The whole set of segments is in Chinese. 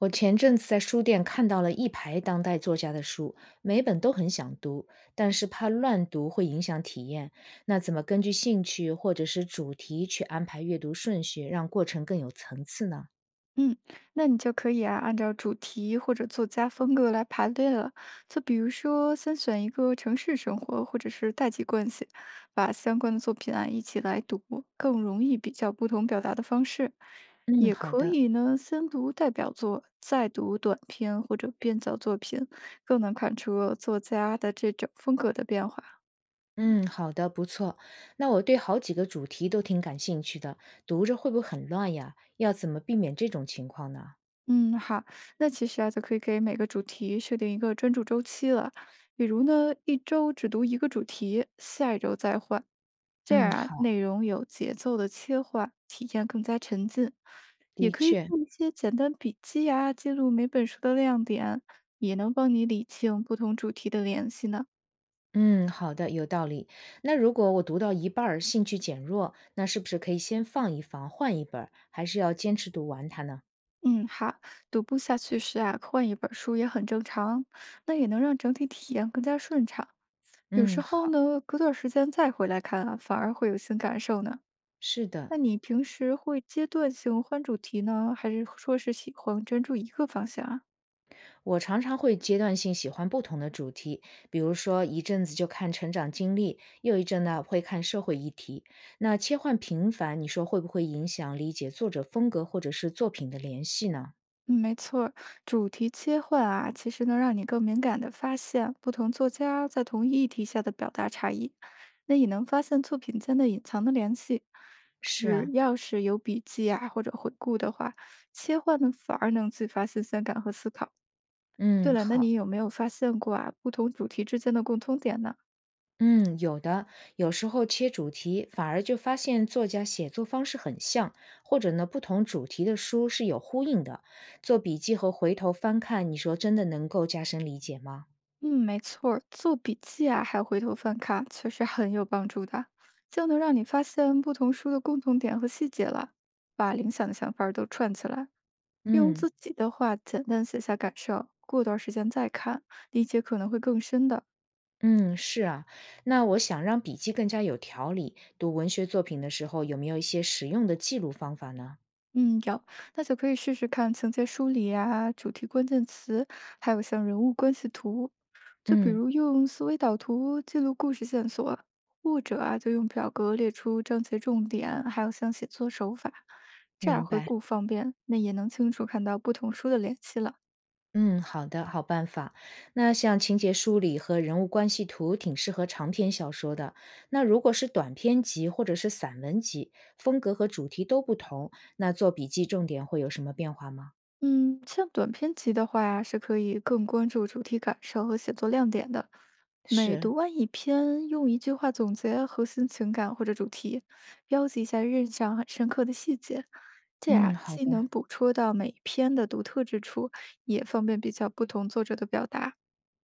我前阵子在书店看到了一排当代作家的书，每本都很想读，但是怕乱读会影响体验。那怎么根据兴趣或者是主题去安排阅读顺序，让过程更有层次呢？嗯，那你就可以啊，按照主题或者作家风格来排列了。就比如说，先选一个城市生活或者是代际关系，把相关的作品啊一起来读，更容易比较不同表达的方式。嗯，也好可的。以呢，先读代表作，再读短篇或者编造作品，更能看出作家的这种风格的变化。嗯，好的，不错。那我对好几个主题都挺感兴趣的，读着会不会很乱呀？要怎么避免这种情况呢？嗯，好，那其实啊，就可以给每个主题设定一个专注周期了。比如呢，一周只读一个主题，下一周再换。这嗯，样啊，好，内容有节奏的切换，体验更加沉浸。也的可以确。做一些简单笔记啊，记录每本书的亮点，也能帮你理清不同主题的联系呢。嗯，好的，有道理。那如果我读到一半儿兴趣减弱，那是不是可以先放一放，换一本儿还是要坚持读完它呢？嗯，好，读不下去时啊，换一本书也很正常，那也能让整体体验更加顺畅。有嗯，时候好，呢，隔段时间再回来看啊，反而会有新感受呢。是的，那你平时会阶段性换主题呢，还是说是喜欢专注一个方向啊？我常常会阶段性喜欢不同的主题，比如说一阵子就看成长经历，又一阵呢会看社会议题。那切换频繁，你说会不会影响理解作者风格或者是作品的联系呢？嗯，没错儿，主题切换啊，其实能让你更敏感地发现不同作家在同一议题下的表达差异，那也能发现作品间的隐藏的联系。是只啊，要是有笔记啊或者回顾的话，切换呢反而能激发新鲜感和思考。对嗯，了，那好。你有没有发现过啊，不同主题之间的共通点呢？嗯，有的，有时候切主题，反而就发现作家写作方式很像，或者呢，不同主题的书是有呼应的。做笔记和回头翻看，你说真的能够加深理解吗？嗯，没错儿，做笔记啊，还有回头翻看，确实很有帮助的，就能让你发现不同书的共同点和细节了，把零散的想法儿都串起来。用嗯自己的话简单写下感受，过段儿时间再看，理解可能会更深的。嗯，是啊。那我想让笔记更加有条理，读文学作品的时候，有没有一些实用的记录方法呢？嗯，有，那就可以试试看情节梳理啊、主题关键词，还有像人物关系图，就比嗯，如用思维导图记录故事线索，或者啊，就用表格列出章节重点，还有像写作手法，这样明回白。顾方便，那也能清楚看到不同书的联系了。嗯，好的，好办法。那像情节梳理和人物关系图，挺适合长篇小说的。那如果是短篇集或者是散文集，风格和主题都不同，那做笔记重点会有什么变化吗？嗯，像短篇集的话呀，是可以更关注主题感受和写作亮点的。每是，读完一篇，用一句话总结核心情感或者主题，标记一下印象很深刻的细节，这嗯，样好既的，能捕捉到每一篇的独特之处，也方便比较不同作者的表达。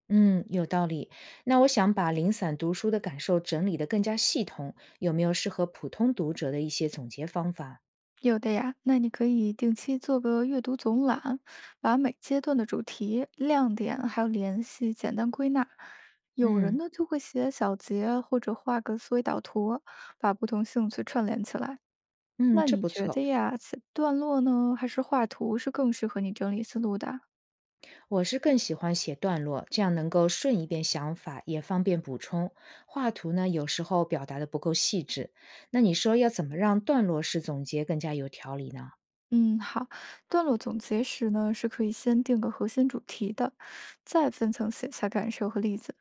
嗯，有道理。那我想把零散读书的感受整理得更加系统，有没有适合普通读者的一些总结方法？有的呀，那你可以定期做个阅读总览，把每阶段的主题、亮点还有联系简单归纳。有人嗯呢就会写小结或者画个思维导图，把不同兴趣串联起来。嗯，那这你不觉错。得呀，写段落呢，还是画图是更适合你整理思路的？我是更喜欢写段落，这样能够顺一遍想法，也方便补充。画图呢，有时候表达的不够细致。那你说要怎么让段落式总结更加有条理呢？嗯，好，段落总结时呢，是可以先定个核心主题的，再分层写下感受和例子。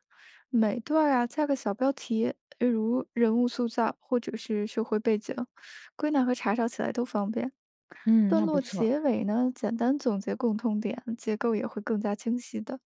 每段儿啊加个小标题，例如人物塑造或者是社会背景，归纳和查找起来都方便。嗯，段那不落错。结尾呢，简单总结共通点，结构也会更加清晰的。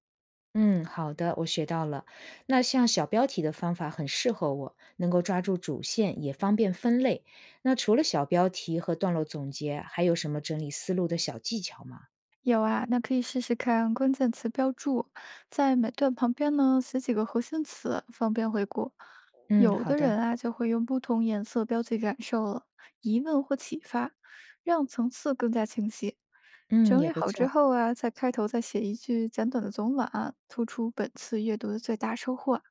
嗯，好的，我学到了。那像小标题的方法很适合我，能够抓住主线，也方便分类。那除了小标题和段落总结，还有什么整理思路的小技巧吗？有啊，那可以试试看关键词标注，在每段旁边呢写几个核心词，方便回顾。嗯，有好的的。人啊就会用不同颜色标记感受了，疑问或启发，让层次更加清晰。嗯，整也理不好之错。后啊，在开头再写一句简短的总览，突出本次阅读的最大收获。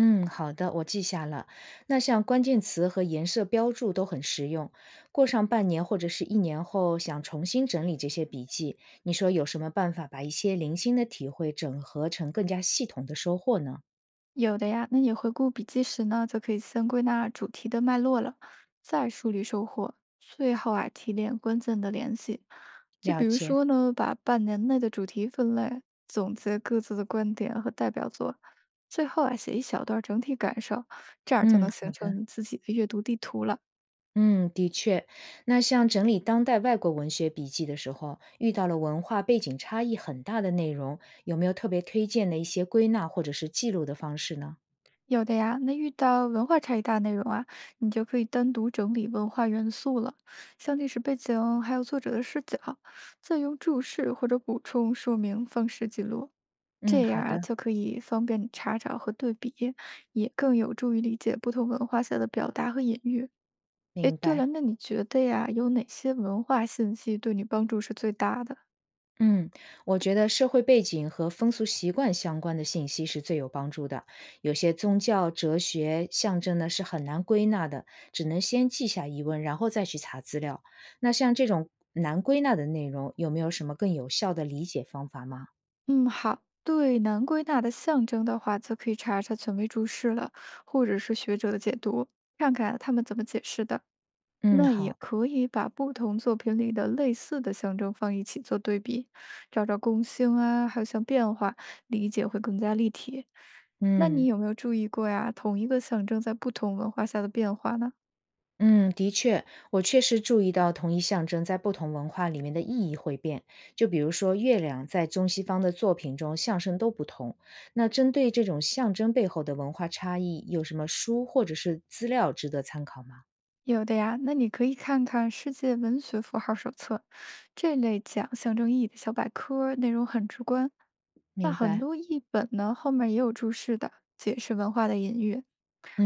嗯，好的，我记下了。那像关键词和颜色标注都很实用。过上半年或者是一年后，想重新整理这些笔记，你说有什么办法把一些零星的体会整合成更加系统的收获呢？有的呀，那你回顾笔记时呢，就可以先归纳主题的脉络了，再梳理收获，最后啊提炼关键的联系。就了比如解，说呢，把半年内的主题分类，总结各自的观点和代表作，最后啊写一小段整体感受，这样就嗯，能好形成的。你自己的阅读地图了。嗯，的确，那像整理当代外国文学笔记的时候，遇到了文化背景差异很大的内容，有没有特别推荐的一些归纳或者是记录的方式呢？有的呀，那遇到文化差异大的内容啊，你就可以单独整理文化元素了，像历史背景，还有作者的视角，再用注释或者补充说明方式记录，嗯，这样好啊的，就可以方便你查找和对比，也更有助于理解不同文化下的表达和隐喻。诶，明对了，白。那你觉得呀，有哪些文化信息对你帮助是最大的？嗯，我觉得社会背景和风俗习惯相关的信息是最有帮助的。有些宗教、哲学、象征呢是很难归纳的，只能先记下疑问，然后再去查资料。那像这种难归纳的内容，有没有什么更有效的理解方法吗？嗯，好。对难归纳的象征的话，则可以查查权威注释了，或者是学者的解读，看看他们怎么解释的。嗯，那也好，可以把不同作品里的类似的象征放一起做对比，找找共性啊，还有像变化，理解会更加立体。那你嗯。有没有注意过呀？同一个象征在不同文化下的变化呢？嗯，的确，我确实注意到同一象征在不同文化里面的意义会变。就比如说，月亮在中西方的作品中象征都不同。那针对这种象征背后的文化差异，有什么书或者是资料值得参考吗？有的呀，那你可以看看《世界文学符号手册》这类讲象征意义的小百科，内容很直观。那明很白。多译本呢，后面也有注释的，解释文化的隐喻，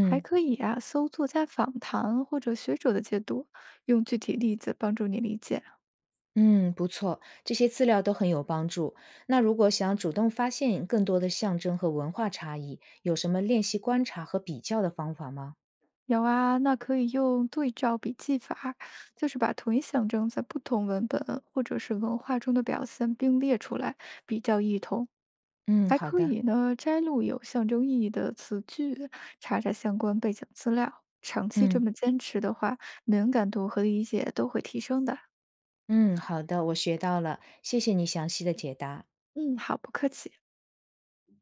还可以啊搜作家访谈或者学者的解读，用具体例子帮助你理解。嗯，不错，这些资料都很有帮助。那如果想主动发现更多的象征和文化差异，有什么练习观察和比较的方法吗？有啊，那可以用对照笔记法，就是把同一象征在不同文本或者是文化中的表现并列出来，比较异同。嗯，还好可的，以呢，摘录有象征意义的词句，查查相关背景资料。长期这嗯。么坚持的话，敏感度和理解都会提升的。嗯，好的，我学到了，谢谢你详细的解答。嗯，好，不客气。